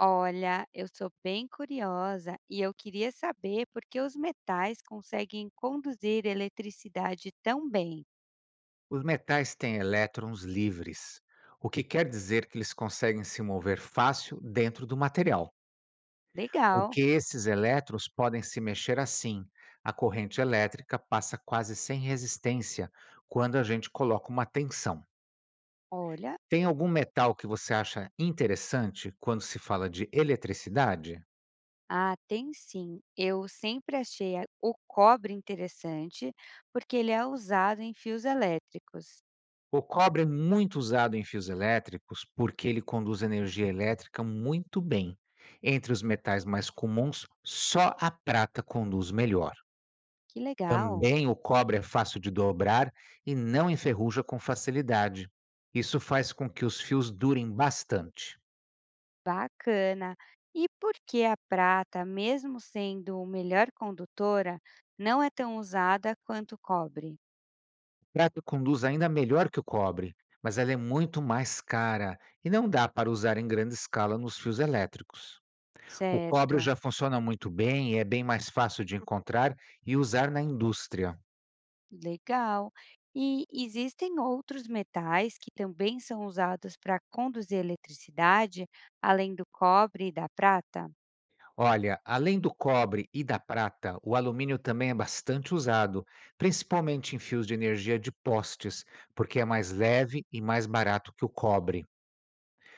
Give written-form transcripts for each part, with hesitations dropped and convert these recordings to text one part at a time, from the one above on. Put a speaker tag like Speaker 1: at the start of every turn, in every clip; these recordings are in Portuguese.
Speaker 1: Olha, eu sou bem curiosa e eu queria saber por que os metais conseguem conduzir eletricidade tão bem.
Speaker 2: Os metais têm elétrons livres, o que quer dizer que eles conseguem se mover fácil dentro do material,
Speaker 1: Legal,
Speaker 2: porque esses elétrons podem se mexer assim. A corrente elétrica passa quase sem resistência quando a gente coloca uma tensão.
Speaker 1: olha.
Speaker 2: Tem algum metal que você acha interessante quando se fala de eletricidade?
Speaker 1: Ah, tem sim. Eu sempre achei o cobre interessante porque ele é usado em fios elétricos.
Speaker 2: O cobre é muito usado em fios elétricos porque ele conduz energia elétrica muito bem. Entre os metais mais comuns, só a prata conduz melhor.
Speaker 1: Que legal,
Speaker 2: Também o cobre é fácil de dobrar e não enferruja com facilidade. Isso faz com que os fios durem bastante.
Speaker 1: bacana. E por que a prata, mesmo sendo o melhor condutora, não é tão usada quanto o cobre?
Speaker 2: A prata conduz ainda melhor que o cobre, mas ela é muito mais cara e não dá para usar em grande escala nos fios elétricos. O cobre
Speaker 1: Certo.
Speaker 2: já funciona muito bem e é bem mais fácil de encontrar e usar na indústria.
Speaker 1: Legal. E existem outros metais que também são usados para conduzir eletricidade, além do cobre e da prata?
Speaker 2: Olha, além do cobre e da prata, o alumínio também é bastante usado, principalmente em fios de energia de postes, porque é mais leve e mais barato que o cobre.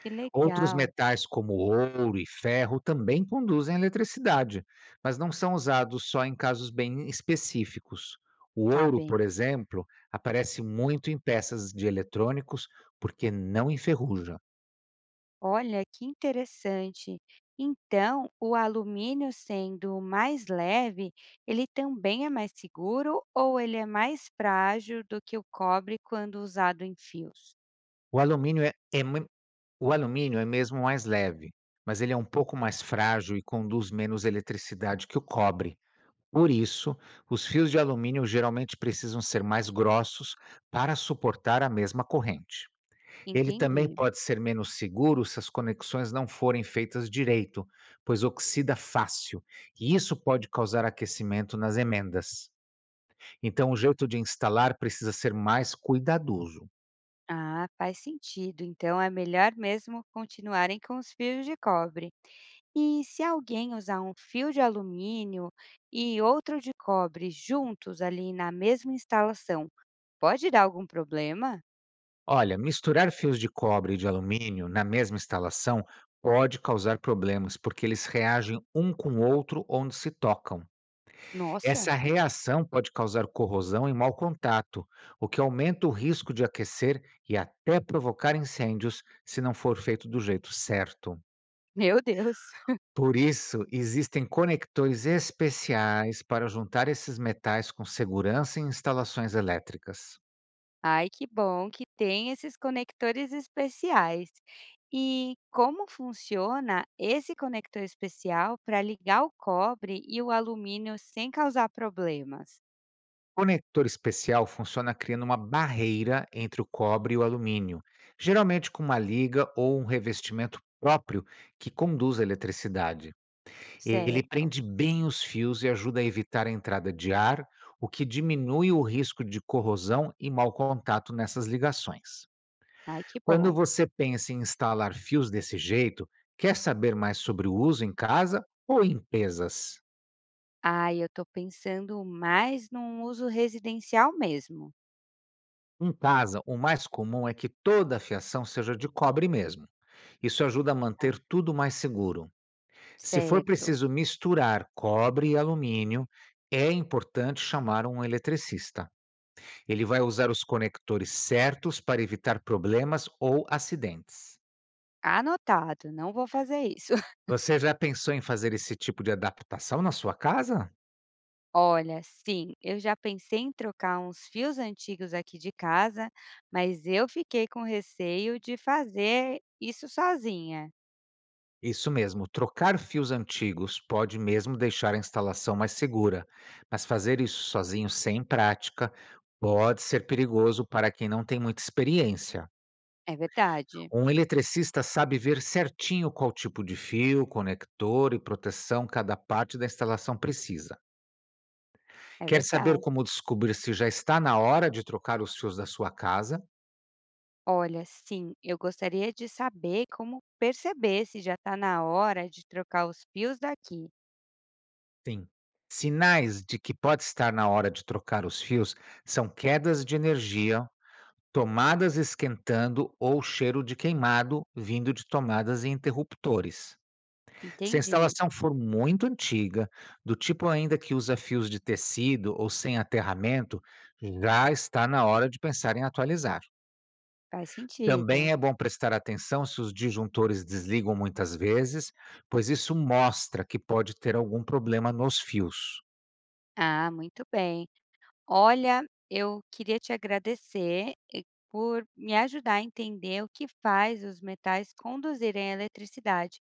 Speaker 1: Que
Speaker 2: Outros
Speaker 1: legal,
Speaker 2: metais como ouro e ferro também conduzem eletricidade, mas não são usados só em casos bem específicos. O
Speaker 1: tá
Speaker 2: ouro,
Speaker 1: bem.
Speaker 2: por exemplo, aparece muito em peças de eletrônicos porque não enferruja.
Speaker 1: Olha que interessante. Então, o alumínio sendo o mais leve, ele também é mais seguro ou ele é mais frágil do que o cobre quando usado em fios?
Speaker 2: O alumínio é, é mui- o alumínio é mesmo mais leve, mas ele é um pouco mais frágil e conduz menos eletricidade que o cobre. Por isso, os fios de alumínio geralmente precisam ser mais grossos para suportar a mesma corrente. Ele também
Speaker 1: Entendi.
Speaker 2: pode ser menos seguro se as conexões não forem feitas direito, pois oxida fácil, e isso pode causar aquecimento nas emendas. Então, o jeito de instalar precisa ser mais cuidadoso.
Speaker 1: Ah, faz sentido. Então é melhor mesmo continuarem com os fios de cobre. E se alguém usar um fio de alumínio e outro de cobre juntos ali na mesma instalação, pode dar algum problema?
Speaker 2: Olha, misturar fios de cobre e de alumínio na mesma instalação pode causar problemas, porque eles reagem um com o outro onde se tocam.
Speaker 1: Nossa,
Speaker 2: Essa reação pode causar corrosão e mau contato, o que aumenta o risco de aquecer e até provocar incêndios se não for feito do jeito certo.
Speaker 1: meu Deus!
Speaker 2: Por isso, existem conectores especiais para juntar esses metais com segurança em instalações elétricas.
Speaker 1: Ai, que bom que tem esses conectores especiais. E como funciona esse conector especial para ligar o cobre e o alumínio sem causar problemas?
Speaker 2: O conector especial funciona criando uma barreira entre o cobre e o alumínio, geralmente com uma liga ou um revestimento próprio que conduz a eletricidade. Ele
Speaker 1: Certo.
Speaker 2: prende bem os fios e ajuda a evitar a entrada de ar, o que diminui o risco de corrosão e mau contato nessas ligações.
Speaker 1: Ai, que
Speaker 2: Quando
Speaker 1: bom.
Speaker 2: você pensa em instalar fios desse jeito, quer saber mais sobre o uso em casa ou em empresas?
Speaker 1: Ai, eu tô pensando mais num uso residencial mesmo.
Speaker 2: Em casa, o mais comum é que toda a fiação seja de cobre mesmo. Isso ajuda a manter tudo mais seguro. Se for
Speaker 1: Certo.
Speaker 2: preciso misturar cobre e alumínio, é importante chamar um eletricista. Ele vai usar os conectores certos para evitar problemas ou acidentes.
Speaker 1: Anotado, não vou fazer isso.
Speaker 2: Você já pensou em fazer esse tipo de adaptação na sua casa?
Speaker 1: Olha, sim, eu já pensei em trocar uns fios antigos aqui de casa, mas eu fiquei com receio de fazer isso sozinha.
Speaker 2: Isso mesmo, trocar fios antigos pode mesmo deixar a instalação mais segura, mas fazer isso sozinho sem prática pode ser perigoso para quem não tem muita experiência.
Speaker 1: É verdade,
Speaker 2: Um eletricista sabe ver certinho qual tipo de fio, conector e proteção cada parte da instalação precisa.
Speaker 1: é
Speaker 2: Quer saber
Speaker 1: verdade.
Speaker 2: como descobrir se já está na hora de trocar os fios da sua casa?
Speaker 1: Olha, sim, eu gostaria de saber como perceber se já está na hora de trocar os fios daqui.
Speaker 2: Sim. Sinais de que pode estar na hora de trocar os fios são quedas de energia, tomadas esquentando ou cheiro de queimado vindo de tomadas e interruptores. Se a
Speaker 1: Entendi,
Speaker 2: instalação for muito antiga, do tipo ainda que usa fios de tecido ou sem aterramento, já está na hora de pensar em atualizar.
Speaker 1: faz sentido.
Speaker 2: Também é bom prestar atenção se os disjuntores desligam muitas vezes, pois isso mostra que pode ter algum problema nos fios.
Speaker 1: Ah, muito bem. Olha, eu queria te agradecer por me ajudar a entender o que faz os metais conduzirem a eletricidade.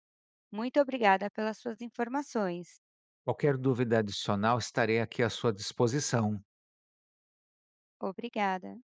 Speaker 1: Muito obrigada pelas suas informações.
Speaker 2: Qualquer dúvida adicional, estarei aqui à sua disposição.
Speaker 1: Obrigada.